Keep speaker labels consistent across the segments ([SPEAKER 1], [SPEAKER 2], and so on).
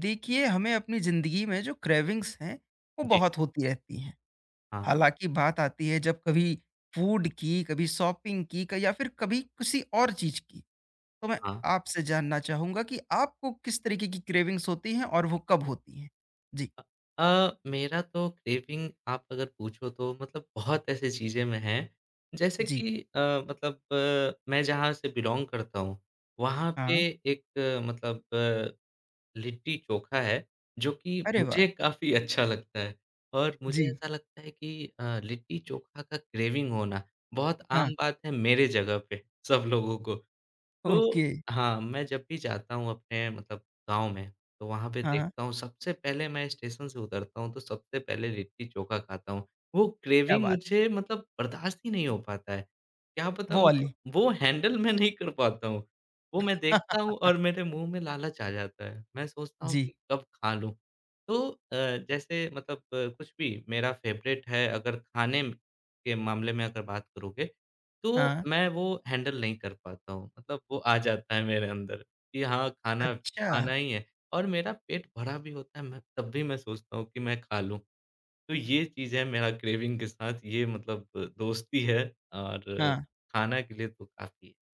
[SPEAKER 1] देखिए, हमें अपनी ज़िंदगी में जो क्रेविंग्स हैं, वो
[SPEAKER 2] जी,
[SPEAKER 1] बहुत होती रहती हैं।
[SPEAKER 2] हाँ,
[SPEAKER 1] हालाँकि बात आती है जब कभी फूड की, कभी शॉपिंग की क या फिर कभी किसी और चीज़ की। तो मैं
[SPEAKER 2] हाँ।
[SPEAKER 1] आपसे जानना चाहूँगा कि आपको किस तरीके की क्रेविंग्स होती हैं और वो कब होती हैं? जी,
[SPEAKER 2] अ मेरा तो क्रेविंग आप अगर पूछो तो मतलब बहुत ऐसी चीज़ें में है, जैसे
[SPEAKER 1] जी,
[SPEAKER 2] कि मतलब मैं जहाँ से बिलॉन्ग करता हूँ, वहाँ पे
[SPEAKER 1] हाँ।
[SPEAKER 2] एक मतलब लिट्टी-चोखा है, जो कि
[SPEAKER 1] अरे वाह!
[SPEAKER 2] मुझे काफ़ी अच्छा लगता है और मुझे
[SPEAKER 1] जी,
[SPEAKER 2] ऐसा लगता है कि लिट्टी-चोखा का क्रेविंग होना बहुत
[SPEAKER 1] हाँ,
[SPEAKER 2] आम बात है मेरे जगह पे सब लोगों को।
[SPEAKER 1] ओके,
[SPEAKER 2] तो हाँ, मैं जब भी जाता हूँ अपने मतलब गाँव में, तो वहाँ पे
[SPEAKER 1] हाँ,
[SPEAKER 2] देखता हूँ सबसे पहले मैं स्टेशन से उतरता हूँ, तो सबसे पहले लिट्टी-चोखा खाता हूँ। वो
[SPEAKER 1] क्या
[SPEAKER 2] क्रेविंग
[SPEAKER 1] बात है।
[SPEAKER 2] मुझे मतलब बर्दाश्त ही नहीं हो पाता है। क्या पता
[SPEAKER 1] वो वाली।
[SPEAKER 2] मतलब वो हैंडल मैं नहीं कर पाता हूँ। वो मैं देखता हूँ और मेरे मुँह में लालच आ जाता है। मैं सोचता हूँ
[SPEAKER 1] जी,
[SPEAKER 2] कि कब खा लूँ। तो जैसे मतलब कुछ भी मेरा फ़ेवरेट है अगर खाने के मामले में अगर बात करोगे तो
[SPEAKER 1] हाँ,
[SPEAKER 2] मैं वो हैंडल नहीं कर पाता हूँ। मतलब वो आ जाता है मेरे अंदर कि हाँ, खाना
[SPEAKER 1] अच्छा,
[SPEAKER 2] खाना ही है और मेरा पेट भरा भी होता है मैं तब भी मैं सोचता हूँ कि मैं खा लूँ। तो ये चीज़ है मेरा क्रेविंग के साथ ये मतलब दोस्ती है और
[SPEAKER 1] हाँ।
[SPEAKER 2] खाना के लिए तो काफ़ी है।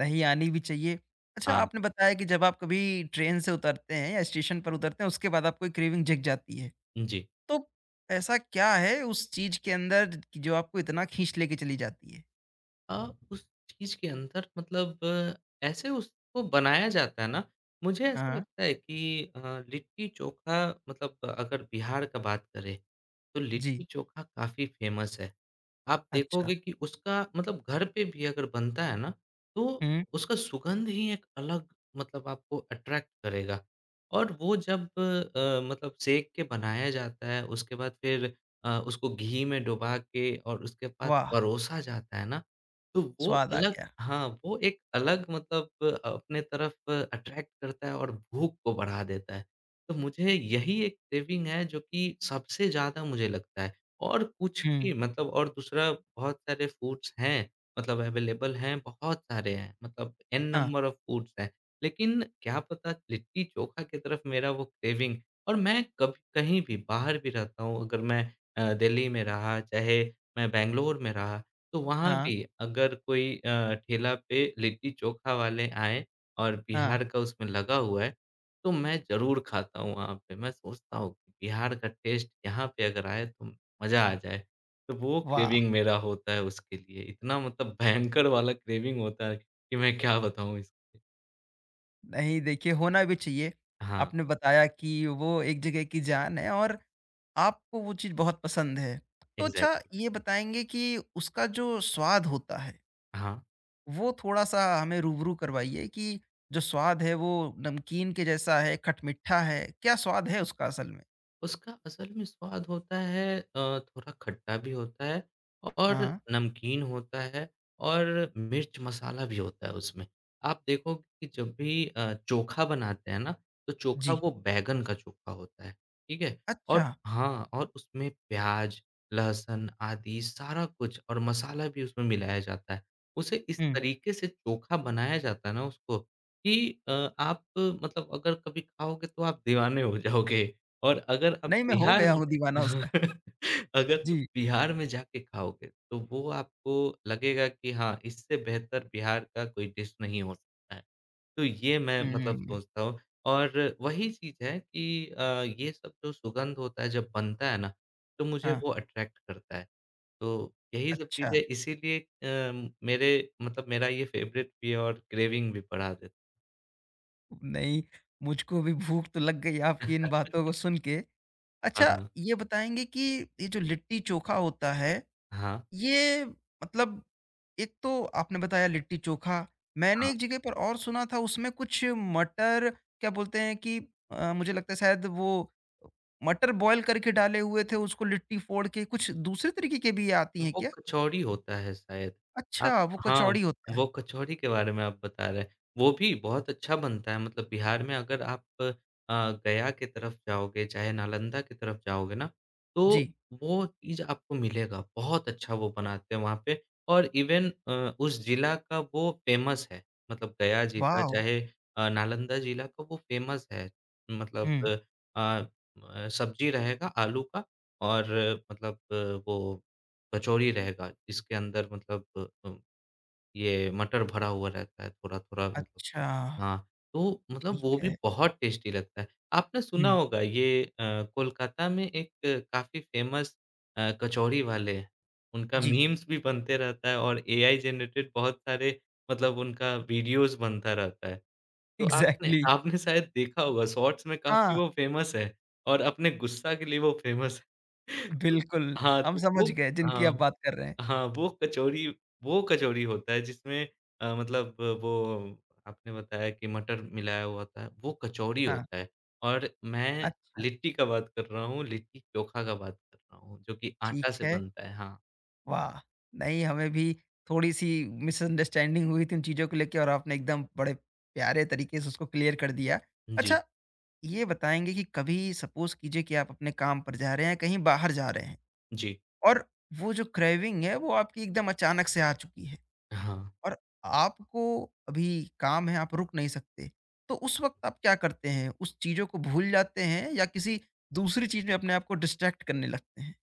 [SPEAKER 1] नहीं आनी भी चाहिए। अच्छा
[SPEAKER 2] हाँ,
[SPEAKER 1] आपने बताया कि जब आप कभी ट्रेन से उतरते हैं या स्टेशन पर उतरते हैं उसके बाद आपको ये क्रेविंग जग जाती है।
[SPEAKER 2] जी।
[SPEAKER 1] तो ऐसा क्या है उस चीज़ के अंदर कि जो आपको इतना खींच लेके चली जाती है?
[SPEAKER 2] उस चीज़ के अंदर मतलब ऐसे उसको बनाया जाता है ना, मुझे ऐसा
[SPEAKER 1] हाँ।
[SPEAKER 2] लगता है कि लिट्टी-चोखा मतलब अगर बिहार का बात करें, तो
[SPEAKER 1] जी।
[SPEAKER 2] लिट्टी-चोखा काफ़ी फ़ेमस है। आप
[SPEAKER 1] अच्छा।
[SPEAKER 2] देखोगे कि उसका मतलब घर पे भी अगर बनता है ना, तो
[SPEAKER 1] हुँ।
[SPEAKER 2] उसका सुगंध ही एक अलग मतलब आपको अट्रैक्ट करेगा और वो जब मतलब सेंक के बनाया जाता है, उसके बाद फिर उसको घी में डुबा के और उसके बाद
[SPEAKER 1] वाह!
[SPEAKER 2] परोसा जाता है ना, तो वो
[SPEAKER 1] स्वाद आ
[SPEAKER 2] अलग
[SPEAKER 1] गया।
[SPEAKER 2] हाँ, वो एक अलग मतलब अपने तरफ अट्रैक्ट करता है और भूख को बढ़ा देता है। तो मुझे यही एक क्रेविंग है जो कि सबसे ज़्यादा मुझे लगता है और कुछ
[SPEAKER 1] हुँ।
[SPEAKER 2] भी मतलब और दूसरा बहुत सारे फूड्स हैं, मतलब अवेलेबल हैं, बहुत सारे हैं, मतलब एन
[SPEAKER 1] हाँ,
[SPEAKER 2] नंबर ऑफ फूड्स हैं। लेकिन क्या पता लिट्टी-चोखा की तरफ मेरा वो क्रेविंग और मैं कभी कहीं भी बाहर भी रहता हूँ, अगर मैं दिल्ली में रहा, चाहे मैं बैंगलोर में रहा, तो वहाँ
[SPEAKER 1] हाँ,
[SPEAKER 2] भी अगर कोई ठेला पे लिट्टी-चोखा वाले आएँ और
[SPEAKER 1] हाँ।
[SPEAKER 2] बिहार का उसमें लगा हुआ है, तो मैं ज़रूर खाता हूँ वहाँ पे। मैं सोचता हूँ कि बिहार का टेस्ट यहाँ पे अगर आए तो मज़ा आ जाए। तो वो
[SPEAKER 1] वाह!
[SPEAKER 2] क्रेविंग मेरा होता है उसके लिए। इतना मतलब भयंकर वाला क्रेविंग होता है कि मैं क्या बताऊँ इस
[SPEAKER 1] नहीं देखिए होना भी चाहिए।
[SPEAKER 2] हाँ,
[SPEAKER 1] आपने बताया कि वो एक जगह की जान है और आपको वो चीज़ बहुत पसंद है। तो अच्छा
[SPEAKER 2] एग्ज़ैक्टली।
[SPEAKER 1] ये बताएँगे कि उसका जो स्वाद होता है
[SPEAKER 2] हाँ।
[SPEAKER 1] वो थोड़ा-सा हमें रूबरू करवाइए कि जो स्वाद है वो नमकीन के जैसा है, खटमिठा है, क्या स्वाद है उसका असल में?
[SPEAKER 2] उसका असल में स्वाद होता है थोड़ा खट्टा भी होता है और
[SPEAKER 1] हाँ,
[SPEAKER 2] नमकीन होता है और मिर्च मसाला भी होता है उसमें। आप देखो कि जब भी चोखा बनाते हैं ना, तो चोखा
[SPEAKER 1] जी,
[SPEAKER 2] वो बैंगन का चोखा होता है, ठीक है?
[SPEAKER 1] अच्छा,
[SPEAKER 2] और हाँ, और उसमें प्याज़, लहसुन आदि सारा कुछ और मसाला भी उसमें मिलाया जाता है। उसे इस
[SPEAKER 1] हुँ,
[SPEAKER 2] तरीके से चोखा बनाया जाता है ना उसको कि अ, आप मतलब अगर कभी खाओगे तो आप दीवाने हो जाओगे। और अगर आप
[SPEAKER 1] नहीं मैं हो
[SPEAKER 2] बिहार
[SPEAKER 1] गया
[SPEAKER 2] में
[SPEAKER 1] हूँ दीवाना उसका।
[SPEAKER 2] अगर आप
[SPEAKER 1] जी,
[SPEAKER 2] बिहार में जाके खाओगे, तो वो आपको लगेगा कि हाँ, इससे बेहतर बिहार का कोई डिश नहीं हो सकता है। तो ये मैं मतलब
[SPEAKER 1] हुँ,
[SPEAKER 2] सोचता हूँ और वही चीज़ है कि ये सब जो सुगंध होता है जब बनता है ना, तो मुझे
[SPEAKER 1] हाँ,
[SPEAKER 2] वो अट्रैक्ट करता है। तो यही सब
[SPEAKER 1] अच्छा,
[SPEAKER 2] चीज़ें इसीलिए मेरे मतलब मेरा ये फ़ेवरेट भी है और क्रेविंग भी बढ़ा देता है।
[SPEAKER 1] नहीं मुझको भी भूख तो लग गई आपकी इन बातों को सुन के।
[SPEAKER 2] हाँ,
[SPEAKER 1] अच्छा
[SPEAKER 2] हाँ।
[SPEAKER 1] ये बताएँगे कि ये जो लिट्टी-चोखा होता है, ये मतलब एक तो आपने बताया लिट्टी चोखा, मैंने
[SPEAKER 2] हाँ।
[SPEAKER 1] एक जगह पर और सुना था उसमें कुछ मटर क्या बोलते हैं कि मुझे लगता है शायद वो मटर बॉयल करके डाले हुए थे, उसको लिट्टी फोड़ के कुछ दूसरे तरीके के भी आती हैं
[SPEAKER 2] वो
[SPEAKER 1] क्या?
[SPEAKER 2] कचौड़ी होता है शायद। आप
[SPEAKER 1] अच्छा, वो
[SPEAKER 2] हाँ,
[SPEAKER 1] कचौड़ी होता है।
[SPEAKER 2] वो कचौड़ी के बारे में आप बता रहे हैं। वो भी बहुत अच्छा बनता है मतलब बिहार में अगर आप अ, गया की तरफ जाओगे, चाहे नालंदा की तरफ जाओगे ना, तो
[SPEAKER 1] जी,
[SPEAKER 2] वो चीज़ आपको मिलेगा। बहुत अच्छा वो बनाते हैं वहाँ पे और इवन उस जिला का वो फ़ेमस है। मतलब गया जिला
[SPEAKER 1] वॉव!
[SPEAKER 2] चाहे नालंदा जिला का वो फ़ेमस है। मतलब
[SPEAKER 1] हुँ,
[SPEAKER 2] सब्ज़ी रहेगा आलू का और मतलब वो कचौड़ी रहेगा जिसके अंदर मतलब अ, ये मटर भरा हुआ रहता है थोड़ा-थोड़ा मतलब
[SPEAKER 1] अच्छा,
[SPEAKER 2] हाँ, तो मतलब वो
[SPEAKER 1] ठीक
[SPEAKER 2] भी
[SPEAKER 1] है।
[SPEAKER 2] बहुत टेस्टी लगता है। आपने सुना
[SPEAKER 1] हुँ,
[SPEAKER 2] होगा ये कोलकाता में एक काफ़ी फ़ेमस कचौड़ी वाले हैं। उनका
[SPEAKER 1] जी।
[SPEAKER 2] मीम्स भी बनते रहता है और एआई जनरेटेड बहुत सारे मतलब उनका वीडियोज़ बनता रहता है। तो आपने
[SPEAKER 1] एग्ज़ैक्टली
[SPEAKER 2] आपने शायद देखा होगा शॉर्ट्स में काफ़ी
[SPEAKER 1] हाँ।
[SPEAKER 2] वो फ़ेमस है और अपने गुस्सा के लिए वो फ़ेमस है। तो
[SPEAKER 1] बिल्कुल,
[SPEAKER 2] हाँ,
[SPEAKER 1] हम
[SPEAKER 2] तो
[SPEAKER 1] समझ
[SPEAKER 2] वो
[SPEAKER 1] गए जिनकी आप
[SPEAKER 2] हाँ।
[SPEAKER 1] बात कर रहे हैं।
[SPEAKER 2] हाँ, वो कचौरी होता है जिसमें मतलब वो आपने बताया कि मटर मिलाया हुआ होता है, वो कचौरी
[SPEAKER 1] हाँ।
[SPEAKER 2] होता है और मैं
[SPEAKER 1] अच्छा,
[SPEAKER 2] लिट्टी का बात कर रहा हूँ, लिट्टी चोखा का बात कर रहा हूँ, जो कि आटा
[SPEAKER 1] ठीक
[SPEAKER 2] से
[SPEAKER 1] है।
[SPEAKER 2] बनता है। हाँ,
[SPEAKER 1] वाह! नहीं, हमें भी थोड़ी-सी मिसअंडरस्टैंडिंग हुई थी उन चीज़ों को लेके और आपने एकदम बड़े प्यारे तरीके से उसको क्लियर कर दिया।
[SPEAKER 2] जी,
[SPEAKER 1] अच्छा, ये बताएँगे कि कभी सपोज़ कीजिए कि आप अपने काम पर जा रहे हैं, कहीं बाहर जा रहे हैं
[SPEAKER 2] जी।
[SPEAKER 1] और वो जो क्रेविंग है, वो आपकी एकदम अचानक से आ चुकी है
[SPEAKER 2] हाँ।
[SPEAKER 1] और आपको अभी काम है, आप रुक नहीं सकते। तो उस वक़्त आप क्या करते हैं? उस चीज़ों को भूल जाते हैं या किसी दूसरी चीज़ में अपने आप को डिस्ट्रैक्ट करने लगते हैं?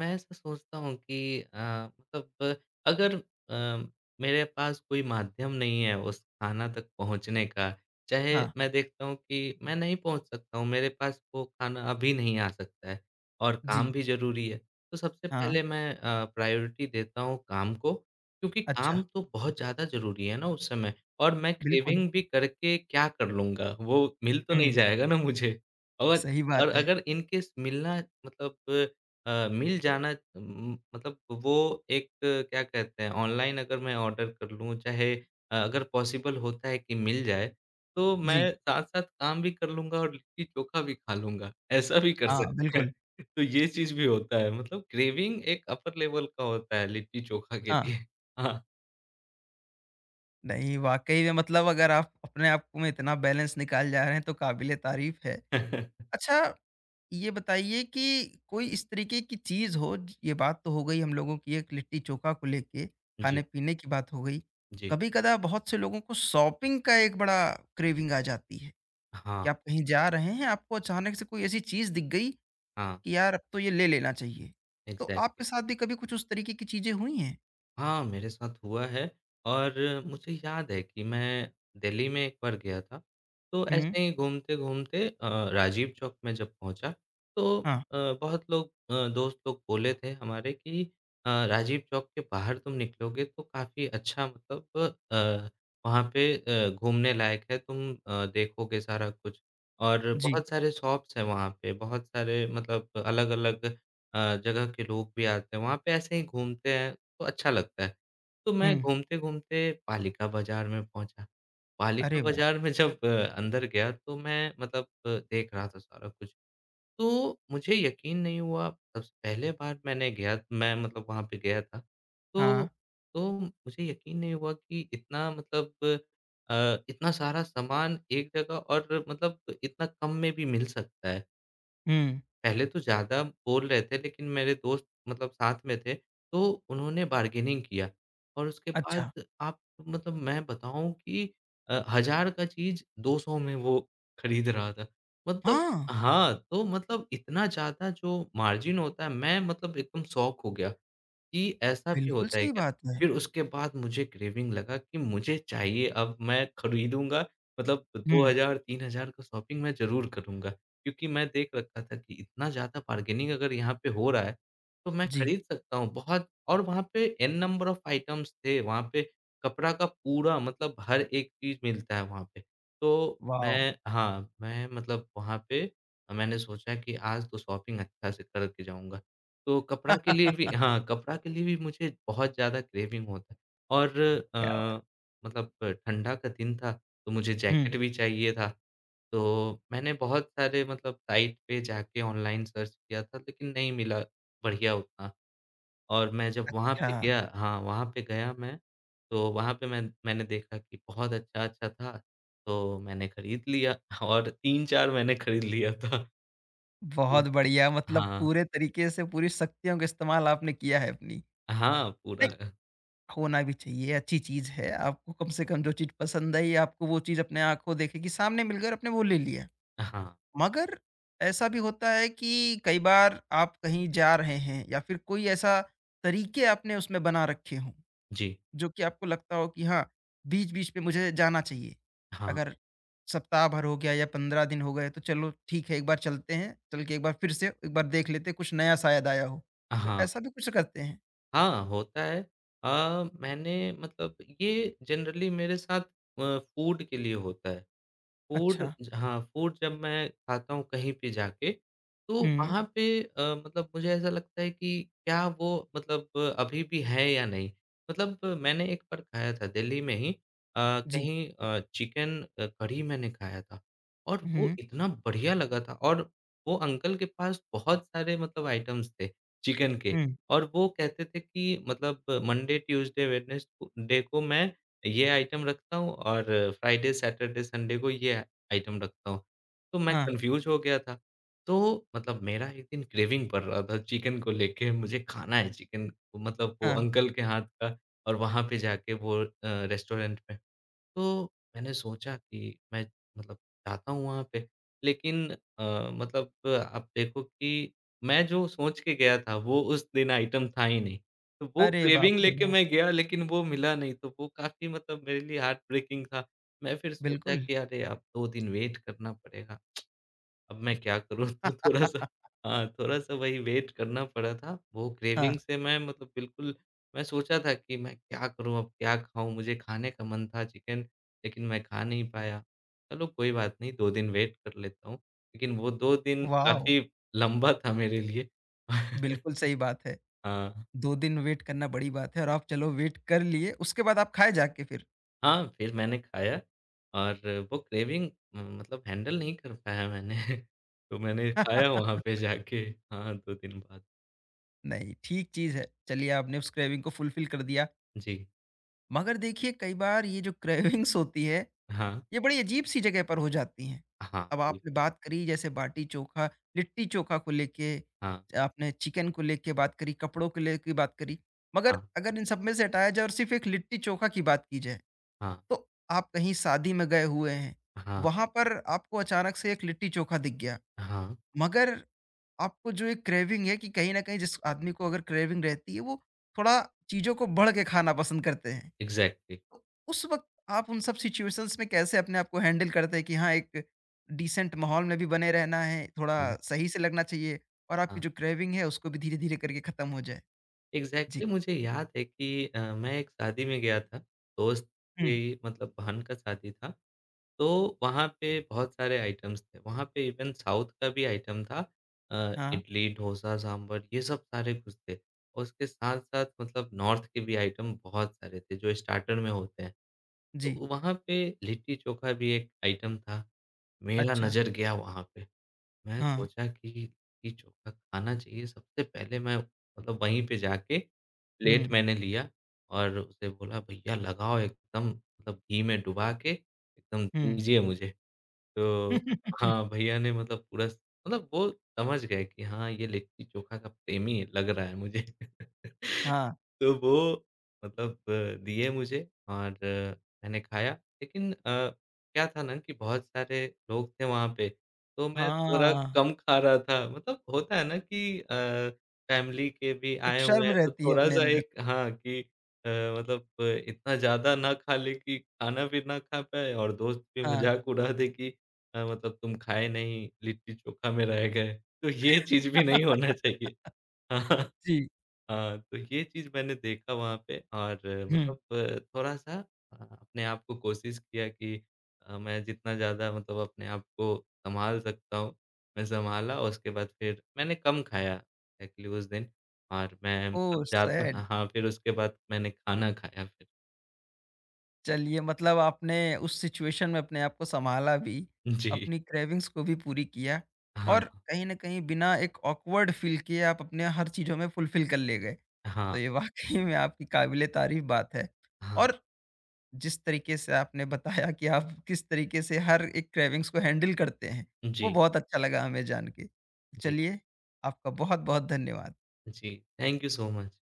[SPEAKER 2] मैं ऐसा सोचता हूँ कि मतलब अगर अ, मेरे पास कोई माध्यम नहीं है उस खाना तक पहुँचने का, चाहे
[SPEAKER 1] हाँ।
[SPEAKER 2] मैं देखता हूँ कि मैं नहीं पहुँच सकता हूँ, मेरे पास वो खाना अभी नहीं आ सकता है और काम
[SPEAKER 1] जी।
[SPEAKER 2] भी ज़रूरी है। तो सबसे
[SPEAKER 1] हाँ।
[SPEAKER 2] पहले मैं प्रायोरिटी देता हूँ काम को, क्योंकि
[SPEAKER 1] अच्छा।
[SPEAKER 2] काम तो बहुत ज़्यादा ज़रूरी है ना उस समय और मैं
[SPEAKER 1] बिल्कुल।
[SPEAKER 2] क्रेविंग भी करके क्या कर लूँगा? वो मिल तो नहीं
[SPEAKER 1] हुँ।
[SPEAKER 2] जाएगा ना मुझे और
[SPEAKER 1] सही
[SPEAKER 2] और
[SPEAKER 1] बात है।
[SPEAKER 2] अगर इन केस मिलना मतलब मिल जाना मतलब वो एक क्या कहते हैं ऑनलाइन अगर मैं ऑर्डर कर लूँ चाहे अगर पॉसिबल होता है कि मिल जाए, तो
[SPEAKER 1] जी।
[SPEAKER 2] मैं साथ-साथ काम भी कर लूँगा और लिट्टी-चोखा भी खा लूँगा, ऐसा भी कर
[SPEAKER 1] हाँ,
[SPEAKER 2] सकते हैं।
[SPEAKER 1] बिल्कुल।
[SPEAKER 2] तो ये चीज़ भी होता है मतलब क्रेविंग एक अपर लेवल का होता है लिट्टी-चोखा के
[SPEAKER 1] हाँ,
[SPEAKER 2] लिए। हाँ।
[SPEAKER 1] नहीं वाक़ई में मतलब अगर आप अपने आप में इतना बैलेंस निकाल जा रहे हैं तो काबिल-ए-तारीफ़ है। अच्छा, ये बताइए कि कोई इस तरीके की चीज़ हो ज ये बात तो हो गई हम लोगों की एक लिट्टी-चोखा को लेके,
[SPEAKER 2] जी,
[SPEAKER 1] खाने-पीने की बात हो गई।
[SPEAKER 2] जी।
[SPEAKER 1] कभी-कदा बहुत से लोगों को शॉपिंग का एक बड़ा क्रेविंग आ जाती है
[SPEAKER 2] हाँ,
[SPEAKER 1] कि आप कहीं जा रहे हैं, आपको अचानक से कोई ऐसी चीज़ दिख गई
[SPEAKER 2] हाँ,
[SPEAKER 1] कि यार अब तो ये ले लेना चाहिए। तो आपके
[SPEAKER 2] एग्ज़ैक्टली।
[SPEAKER 1] साथ भी कभी कुछ उस तरीके की चीज़ें हुई हैं?
[SPEAKER 2] हाँ, मेरे साथ हुआ है और मुझे याद है कि मैं दिल्ली में एक बार गया था, तो
[SPEAKER 1] हुँ।
[SPEAKER 2] ऐसे ही घूमते-घूमते राजीव चौक में जब पहुँचा, तो
[SPEAKER 1] हाँ,
[SPEAKER 2] बहुत लोग दोस्त लोग बोले थे हमारे कि राजीव चौक के बाहर तुम निकलोगे तो काफ़ी अच्छा मतलब अ, वहाँ पे घूमने लायक है, तुम देखोगे सारा कुछ और
[SPEAKER 1] जी।
[SPEAKER 2] बहुत सारे शॉप्स हैं वहाँ पे, बहुत सारे मतलब अलग-अलग जगह के लोग भी आते हैं, वहाँ पे ऐसे ही घूमते हैं तो अच्छा लगता है। तो मैं
[SPEAKER 1] हुँ।
[SPEAKER 2] घूमते-घूमते पालिका बाज़ार में पहुँचा।
[SPEAKER 1] अरे
[SPEAKER 2] पालिका
[SPEAKER 1] वाह!
[SPEAKER 2] बाज़ार में जब अंदर गया तो मैं मतलब देख रहा था सारा कुछ। तो मुझे यकीन नहीं हुआ सबसे पहले बार मैंने गया मैं मतलब वहाँ पे गया था। तो
[SPEAKER 1] हाँ।
[SPEAKER 2] तो मुझे यकीन नहीं हुआ कि इतना मतलब इतना सारा सामान एक जगह और मतलब इतना कम में भी मिल सकता है।
[SPEAKER 1] हुँ।
[SPEAKER 2] पहले तो ज़्यादा बोल रहे थे, लेकिन मेरे दोस्त मतलब साथ में थे, तो उन्होंने बार्गेनिंग किया और उसके
[SPEAKER 1] अच्छा।
[SPEAKER 2] बाद आप मतलब मैं बताऊँ कि 1000 का चीज़ 200 में वो खरीद रहा था। मतलब
[SPEAKER 1] हाँ,
[SPEAKER 2] हाँ, तो मतलब इतना ज़्यादा जो मार्जिन होता है, मैं मतलब एकदम शॉक हो गया। कि ऐसा भी
[SPEAKER 1] बिल्कुल
[SPEAKER 2] होता है
[SPEAKER 1] सही
[SPEAKER 2] क्या?
[SPEAKER 1] बात है।
[SPEAKER 2] फिर उसके बाद मुझे क्रेविंग लगा कि मुझे चाहिए अब मैं खरीदूँगा मतलब
[SPEAKER 1] हुँ।
[SPEAKER 2] 2000-3000 का शॉपिंग मैं ज़रूर करूँगा। क्योंकि मैं देख रखा था कि इतना ज़्यादा बार्गेनिंग अगर यहाँ पे हो रहा है, तो मैं
[SPEAKER 1] जी।
[SPEAKER 2] खरीद सकता हूँ बहुत और वहाँ पे एन नंबर ऑफ आइटम्स थे, वहाँ पे कपड़ा का पूरा मतलब हर एक चीज़ मिलता है वहाँ पे। तो
[SPEAKER 1] वॉव!
[SPEAKER 2] मैं हाँ, मैं मतलब वहाँ पे मैंने सोचा कि आज तो शॉपिंग अच्छा से करके जाऊँगा। तो कपड़ा के लिए भी हाँ, कपड़ा के लिए भी मुझे बहुत ज़्यादा क्रेविंग होता है और
[SPEAKER 1] क्या
[SPEAKER 2] अ, मतलब ठंडा का दिन था, तो मुझे
[SPEAKER 1] हुँ।
[SPEAKER 2] जैकेट भी चाहिए था। तो मैंने बहुत सारे मतलब साइट पे जाके ऑनलाइन सर्च किया था, लेकिन नहीं मिला बढ़िया उतना और मैं जब वहाँ
[SPEAKER 1] अच्छा,
[SPEAKER 2] पे गया हाँ, वहाँ पे गया मैं, तो वहाँ पे मैं मैंने देखा कि बहुत अच्छा-अच्छा था, तो मैंने खरीद लिया और 3-4 मैंने खरीद लिया था।
[SPEAKER 1] बहुत बढ़िया मतलब
[SPEAKER 2] हाँ,
[SPEAKER 1] पूरे तरीके से पूरी शक्तियों का इस्तेमाल आपने किया है अपनी।
[SPEAKER 2] हाँ, पूरा
[SPEAKER 1] नहीं, होना भी चाहिए, अच्छी चीज़ है। आपको कम से कम जो चीज़ पसंद आई, आपको वो चीज़ अपने आँखों देखी कि सामने मिलकर आपने वो ले लिया।
[SPEAKER 2] हाँ,
[SPEAKER 1] मगर ऐसा भी होता है कि कई बार आप कहीं जा रहे हैं या फिर कोई ऐसा तरीके आपने उसमें बना रखे हों।
[SPEAKER 2] जी,
[SPEAKER 1] जो कि आपको लगता हो कि हाँ, बीच-बीच में मुझे जाना चाहिए।
[SPEAKER 2] हाँ।
[SPEAKER 1] अगर सप्ताह भर हो गया या 15 दिन हो गए तो चलो ठीक है एक बार चलते हैं, चल के एक बार फिर से एक बार देख लेते हैं कुछ नया शायद आया हो। तो
[SPEAKER 2] हाँ,
[SPEAKER 1] ऐसा भी कुछ करते हैं?
[SPEAKER 2] हाँ, होता है। मैंने मतलब ये जनरली मेरे साथ फूड के लिए होता है। फूड
[SPEAKER 1] अच्छा।
[SPEAKER 2] ज हाँ, फूड जब मैं खाता हूँ कहीं पे जाके, तो
[SPEAKER 1] हुँ,
[SPEAKER 2] वहाँ पे मतलब मुझे ऐसा लगता है कि क्या वो मतलब अभी भी है या नहीं? मतलब मैंने एक बार खाया था दिल्ली में ही
[SPEAKER 1] जी।
[SPEAKER 2] कहीं चिकन कढ़ी मैंने खाया था और वो
[SPEAKER 1] हुँ,
[SPEAKER 2] इतना बढ़िया लगा था और वो अंकल के पास बहुत सारे मतलब आइटम्स थे चिकन के
[SPEAKER 1] हुँ।
[SPEAKER 2] और वो कहते थे कि मतलब मंडे, ट्यूसडे, वेडनेसडे को मैं ये आइटम रखता हूँ और फ्राइडे, सैटरडे, संडे को ये आइटम रखता हूँ। तो मैं
[SPEAKER 1] हाँ,
[SPEAKER 2] कन्फ्यूज़ हो गया था। तो मतलब मेरा एक दिन क्रेविंग पड़ रहा था चिकन को लेके, मुझे खाना है चिकन मतलब वो
[SPEAKER 1] हाँ।
[SPEAKER 2] अंकल के हाथ का और वहाँ पे जाके वो रेस्टोरेंट में। तो मैंने सोचा कि मैं मतलब जाता हूँ वहाँ पे, लेकिन मतलब आप देखो कि मैं जो सोच के गया था, वो उस दिन आइटम था ही नहीं। तो वो
[SPEAKER 1] अरे बाप
[SPEAKER 2] क्रेविंग
[SPEAKER 1] रे
[SPEAKER 2] लेके
[SPEAKER 1] बाप!
[SPEAKER 2] मैं गया, लेकिन वो मिला नहीं, तो वो काफ़ी मतलब मेरे लिए हार्ट ब्रेकिंग था। मैं फिर सोचा
[SPEAKER 1] बिल्कुल।
[SPEAKER 2] कि अरे! अब 2 दिन वेट करना पड़ेगा। अब मैं क्या करूँ? तो थोड़ा-सा हाँ, थोड़ा-सा वही वेट करना पड़ा था। वो
[SPEAKER 1] हाँ,
[SPEAKER 2] क्रेविंग से मैं मतलब बिल्कुल मैं सोचा था कि मैं क्या करूँ अब क्या खाऊँ? मुझे खाने का मन था चिकन, लेकिन मैं खा नहीं पाया। चलो कोई बात नहीं 2 दिन वेट कर लेता हूँ, लेकिन वो 2 दिन
[SPEAKER 1] वॉव!
[SPEAKER 2] काफ़ी लंबा था मेरे लिए।
[SPEAKER 1] बिल्कुल सही बात है।
[SPEAKER 2] हाँ,
[SPEAKER 1] 2 दिन वेट करना बड़ी बात है और आप चलो वेट कर लिए, उसके बाद आप खाए जाके फिर।
[SPEAKER 2] हाँ, फिर मैंने खाया और वो क्रेविंग मतलब हैंडल नहीं कर पाया मैंने। तो मैंने खाया वहाँ पे जाके हाँ, 2 दिन बाद।
[SPEAKER 1] नहीं, ठीक चीज़ है। चलिए आपने उस क्रेविंग को फुलफ़िल कर दिया।
[SPEAKER 2] जी,
[SPEAKER 1] मगर देखिए कई बार ये जो क्रेविंग्स होती है,
[SPEAKER 2] हाँ।
[SPEAKER 1] ये बड़ी अजीब-सी जगह पर हो जाती हैं।
[SPEAKER 2] हाँ,
[SPEAKER 1] अब
[SPEAKER 2] बिल
[SPEAKER 1] आपने बात करी जैसे बाटी-चोखा, लिट्टी-चोखा को लेके,
[SPEAKER 2] हाँ,
[SPEAKER 1] आपने चिकन को लेके बात करी, कपड़ों को लेके बात करी। मगर
[SPEAKER 2] हाँ,
[SPEAKER 1] अगर इन सब में से हटाया जाए और सिर्फ़ एक लिट्टी-चोखा की बात की जाए,
[SPEAKER 2] हाँ,
[SPEAKER 1] तो आप कहीं शादी में गए हुए हैं,
[SPEAKER 2] हाँ,
[SPEAKER 1] वहाँ पर आपको अचानक से एक लिट्टी-चोखा दिख गया।
[SPEAKER 2] हाँ,
[SPEAKER 1] मगर आपको जो एक क्रेविंग है कि कहीं न कहीं जिस आदमी को अगर क्रेविंग रहती है, वो थोड़ा चीज़ों को बढ़ के खाना पसंद करते हैं।
[SPEAKER 2] एग्ज़ैक्टली
[SPEAKER 1] तो उस वक़्त आप उन सब सिचुएशंस में कैसे अपने आप को हैंडल करते हैं कि हाँ, एक डिसेंट माहौल में भी बने रहना है,
[SPEAKER 2] हाँ,
[SPEAKER 1] थोड़ा सही से लगना चाहिए और आपकी
[SPEAKER 2] हाँ,
[SPEAKER 1] जो क्रेविंग है, उसको भी धीरे-धीरे करके खत्म हो जाए? जी।
[SPEAKER 2] एग्ज़ैक्टली मुझे याद है कि मैं एक शादी में गया था, दोस्त
[SPEAKER 1] हुँ।
[SPEAKER 2] की मतलब बहन का शादी था, तो वहाँ पे बहुत सारे आइटम्स थे, वहाँ पे इवन साउथ का भी आइटम था
[SPEAKER 1] हाँ।
[SPEAKER 2] इडली, डोसा, सांभर ये सब सारे कुछ थे। और उसके साथ-साथ मतलब नॉर्थ के भी आइटम बहुत सारे थे, जो स्टार्टर में होते हैं,
[SPEAKER 1] जी।
[SPEAKER 2] तो वहाँ पे लिट्टी-चोखा भी एक आइटम था, मेरा
[SPEAKER 1] अच्छा।
[SPEAKER 2] नज़र गया वहाँ पे। मैं
[SPEAKER 1] हाँ।
[SPEAKER 2] सोचा कि लिट्टी-चोखा खाना चाहिए, सबसे पहले मैं मतलब वहीं पे जाके प्लेट
[SPEAKER 1] हुँ,
[SPEAKER 2] मैंने लिया और उसे बोला भैया लगाओ एकदम मतलब घी में डुबा के एकदम
[SPEAKER 1] हुँ।
[SPEAKER 2] दीजिए मुझे। तो हाँ, भैया ने मतलब पूरा स मतलब वो समझ गए कि हाँ, ये लिट्टी चोखा का प्रेमी लग रहा है मुझे।
[SPEAKER 1] हाँ।
[SPEAKER 2] तो वो मतलब दिए मुझे और मैंने खाया, लेकिन क्या था ना कि बहुत सारे लोग थे वहाँ पे, तो मैं थोड़ा
[SPEAKER 1] हाँ।
[SPEAKER 2] कम खा रहा था। मतलब होता है ना कि फैमिली के भी
[SPEAKER 1] एक
[SPEAKER 2] आए हुए
[SPEAKER 1] शर्म
[SPEAKER 2] हैं, तो
[SPEAKER 1] रहती है अपने
[SPEAKER 2] थोड़ा-सा
[SPEAKER 1] अंदर।
[SPEAKER 2] एक हाँ, कि अ, मतलब इतना ज़्यादा ना खा ले कि खाना भी ना खा पाए और दोस्त भी
[SPEAKER 1] हाँ।
[SPEAKER 2] मज़ाक उड़ा दे कि मतलब तुम खाए नहीं, लिट्टी-चोखा में रह गए, तो ये चीज़ भी नहीं होना चाहिए। हाँ,
[SPEAKER 1] जी।
[SPEAKER 2] हाँ, तो ये चीज़ मैंने देखा वहाँ पे और
[SPEAKER 1] हुँ।
[SPEAKER 2] मतलब थोड़ा-सा अपने आप को कोशिश किया कि मैं जितना ज़्यादा मतलब अपने आप को सँभाल सकता हूँ, मैं सँभाला उसके बाद फिर मैंने कम खाया एक्चुअली उस दिन और मैं मतलब
[SPEAKER 1] ओह!
[SPEAKER 2] ज़्यादा
[SPEAKER 1] सैड।
[SPEAKER 2] हाँ, हाँ, फिर उसके बाद मैंने खाना खाया फिर।
[SPEAKER 1] चलिए मतलब आपने उस सिचुएशन में अपने आप को सँभाला भी,
[SPEAKER 2] जी।
[SPEAKER 1] अपनी क्रेविंग्स को भी पूरी किया
[SPEAKER 2] हाँ,
[SPEAKER 1] और कहीं न कहीं बिना एक ऑकवर्ड फ़ील किए आप अपने हर चीज़ों में फुलफ़िल कर ले गए। तो
[SPEAKER 2] हाँ,
[SPEAKER 1] ये वाक़ई में आपकी काबिले तारीफ़ बात है।
[SPEAKER 2] हाँ।
[SPEAKER 1] और जिस तरीके से आपने बताया कि आप किस तरीके से हर एक क्रेविंग्स को हैंडल करते हैं, वो
[SPEAKER 2] जी,
[SPEAKER 1] बहुत अच्छा लगा हमें जान के।
[SPEAKER 2] जी,
[SPEAKER 1] चलिए, आपका बहुत-बहुत धन्यवाद।
[SPEAKER 2] जी। Thank you so much.